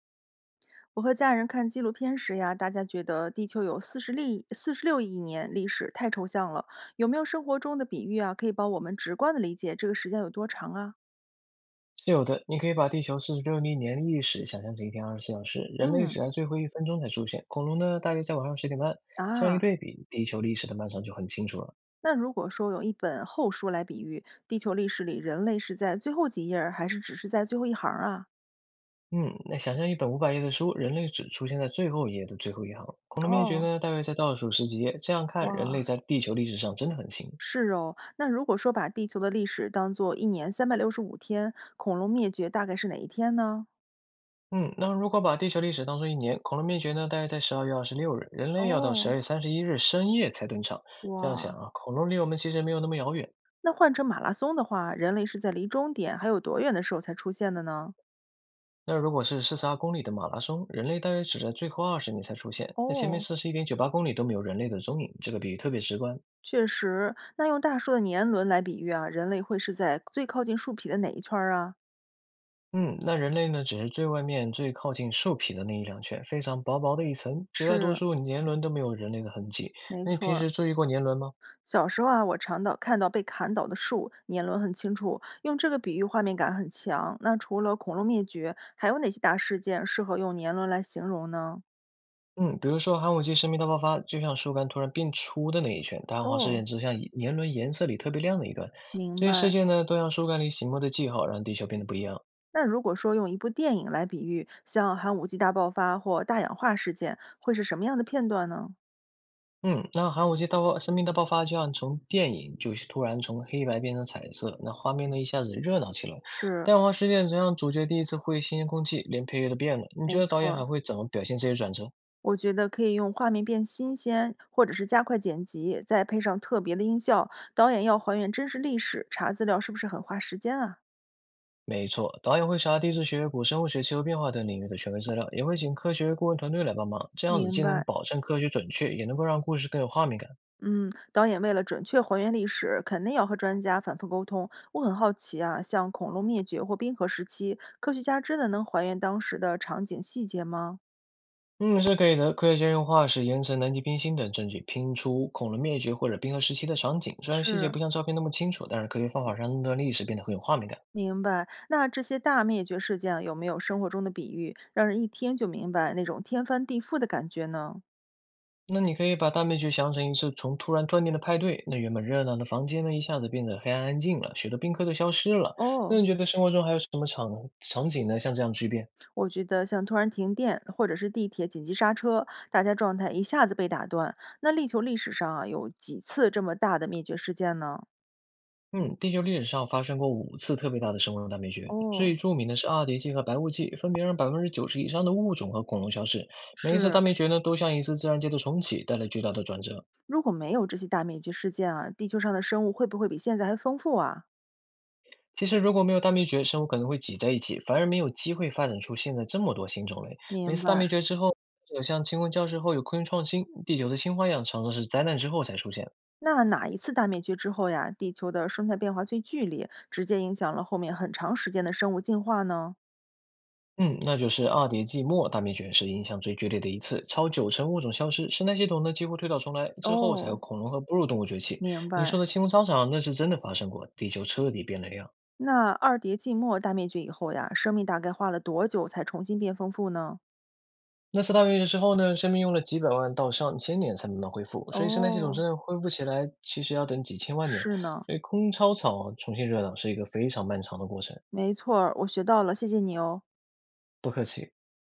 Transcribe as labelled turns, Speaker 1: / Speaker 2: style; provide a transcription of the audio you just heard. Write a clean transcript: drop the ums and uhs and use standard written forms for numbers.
Speaker 1: 我和家人看纪录片时呀，大家觉得地球有40亿、46亿年历史，太抽象了。有没有生活中的比喻啊，可以帮我们直观的理解这个时间有多长啊？
Speaker 2: 是有的，你可以把地球46亿年历史想象成一天24小时，人类
Speaker 1: 嗯，
Speaker 2: 只在最后一分钟才出现，恐龙呢大约在晚上10点半。这样一
Speaker 1: 啊，
Speaker 2: 对比，地球历史的漫长就很清楚了。
Speaker 1: 那如果说有一本厚书来比喻地球历史里人类是在最后几页儿，还是只是在最后一行儿啊？
Speaker 2: 嗯，那想象一本500页的书，人类只出现在最后一页的最后一行，恐龙灭绝
Speaker 1: 哦，
Speaker 2: 呢大约在倒数十几页。这样看，人类
Speaker 1: 哇，
Speaker 2: 在地球历史上真的很新。
Speaker 1: 是哦，那如果说把地球的历史当做一年365天，恐龙灭绝大概是哪一天呢？
Speaker 2: 嗯，那如果把地球历史当做一年，恐龙灭绝呢大约在12月26日，人类要到十
Speaker 1: 哦，
Speaker 2: 二月三十一日深夜才登场。这样想
Speaker 1: 哇，
Speaker 2: 啊，恐龙离我们其实没有那么遥远。
Speaker 1: 那换成马拉松的话，人类是在离终点还有多远的时候才出现的呢？
Speaker 2: 那如果是42公里的马拉松，人类大约只在最后20米才出现，那前面
Speaker 1: 哦，
Speaker 2: 41.98公里都没有人类的踪影，这个比喻特别直观。
Speaker 1: 确实。那用大树的年轮来比喻啊，人类会是在最靠近树皮的哪一圈儿啊？
Speaker 2: 嗯，那人类呢，只是最外面最靠近兽皮的那一两圈，非常薄薄的一层，绝大多
Speaker 1: 是，
Speaker 2: 数年轮都没有人类的痕迹。
Speaker 1: 没
Speaker 2: 那你
Speaker 1: 错
Speaker 2: 平
Speaker 1: 儿。
Speaker 2: 时注意过年轮吗？
Speaker 1: 小时候啊，我常到看到被砍倒的树，年轮很清楚，用这个比喻画面感很强。那除了恐龙灭绝，还有哪些大事件适合用年轮来形容呢？
Speaker 2: 嗯，比如说寒武纪生命大爆发，就像树干突然变粗的那一圈，大汉化事
Speaker 1: 哦，
Speaker 2: 件之像年轮颜色里特别亮的一段，
Speaker 1: 明
Speaker 2: 这些
Speaker 1: 白。
Speaker 2: 事件呢，都像树干里醒目的记号，让地球变得不一样。
Speaker 1: 那如果说用一部电影来比喻，像寒武纪大爆发或大氧化事件，会是什么样的片段呢？
Speaker 2: 嗯，那寒武纪生命大爆发就像从电影就是突然从黑白变成彩色，那画面呢一下子热闹起来。
Speaker 1: 是，
Speaker 2: 蛋黄事件则让主角第一次呼吸新鲜空气，连配乐都变了。你觉
Speaker 1: 没
Speaker 2: 得导
Speaker 1: 错
Speaker 2: 演还
Speaker 1: 儿，
Speaker 2: 会怎么表现这些转折？
Speaker 1: 我觉得可以用画面变新鲜，或者是加快剪辑，再配上特别的音效。导演要还原真实历史，查资料是不是很花时间啊？
Speaker 2: 没错，导演会查地质学、古生物学、气候变化等领域的权威资料，也会请科学顾问团队来帮忙，这样子
Speaker 1: 明
Speaker 2: 既能
Speaker 1: 白。
Speaker 2: 保证科学准确，也能够让故事更有画面感。
Speaker 1: 嗯，导演为了准确还原历史，肯定要和专家反复沟通。我很好奇啊，像恐龙灭绝或冰河时期，科学家真的能还原当时的场景细节吗？
Speaker 2: 嗯，是可以的。科学家用化石、岩层、南极冰芯等证据拼出恐龙灭绝或者冰河时期的场景，虽然细节
Speaker 1: 是，
Speaker 2: 不像照片那么清楚，但是科学方法让那段历史变得很有画面感。
Speaker 1: 明白。那这些大灭绝事件有没有生活中的比喻，让人一听就明白那种天翻地覆的感觉呢？
Speaker 2: 那你可以把大灭绝想成一次从突然断电的派对，那原本热闹的房间呢，一下子变得黑暗安静了，许多宾客都消失了。那
Speaker 1: 哦，
Speaker 2: 你觉得生活中还有什么场景呢？像这样巨变？
Speaker 1: 我觉得像突然停电，或者是地铁紧急刹车，大家状态一下子被打断。那地球历史上啊，有几次这么大的灭绝事件呢？
Speaker 2: 嗯，地球历史上发生过5次特别大的生物大灭绝，最
Speaker 1: 哦，
Speaker 2: 著名的是二叠纪和白垩纪，分别让90%以上的物种和恐龙消失。每一次
Speaker 1: 是。
Speaker 2: 大灭绝呢，都像一次自然界的重启，带来巨大的转折。
Speaker 1: 如果没有这些大灭绝事件啊，地球上的生物会不会比现在还丰富啊？
Speaker 2: 其实如果没有大灭绝，生物可能会挤在一起，反而没有机会发展出现在这么多新种类。每
Speaker 1: 明
Speaker 2: 次大
Speaker 1: 白。
Speaker 2: 灭绝之后，有像清空教室后有科学创新，地球的新花样常常是灾难之后才出现。
Speaker 1: 那哪一次大灭绝之后呀，地球的生态变化最剧烈，直接影响了后面很长时间的生物进化呢？
Speaker 2: 嗯，那就是二叠纪末大灭绝是影响最剧烈的一次，超九成物种消失，生态系统呢几乎推倒重来，之后才有
Speaker 1: 哦，
Speaker 2: 恐龙和哺乳动物崛起。
Speaker 1: 明
Speaker 2: 你
Speaker 1: 白。
Speaker 2: 说的清空操场那是真的发生过，地球彻底变了样。
Speaker 1: 那二叠纪末大灭绝以后呀，生命大概花了多久才重新变丰富呢？
Speaker 2: 那次大灭绝之后呢，生命用了几百万到上千年才慢慢恢复，所以生态系统
Speaker 1: 哦，
Speaker 2: 真正恢复起来，其实要等几千万年。
Speaker 1: 是呢，
Speaker 2: 所以空操场重新热闹是一个非常漫长的过程。
Speaker 1: 没错儿我学到了，谢谢你哦。
Speaker 2: 不客气。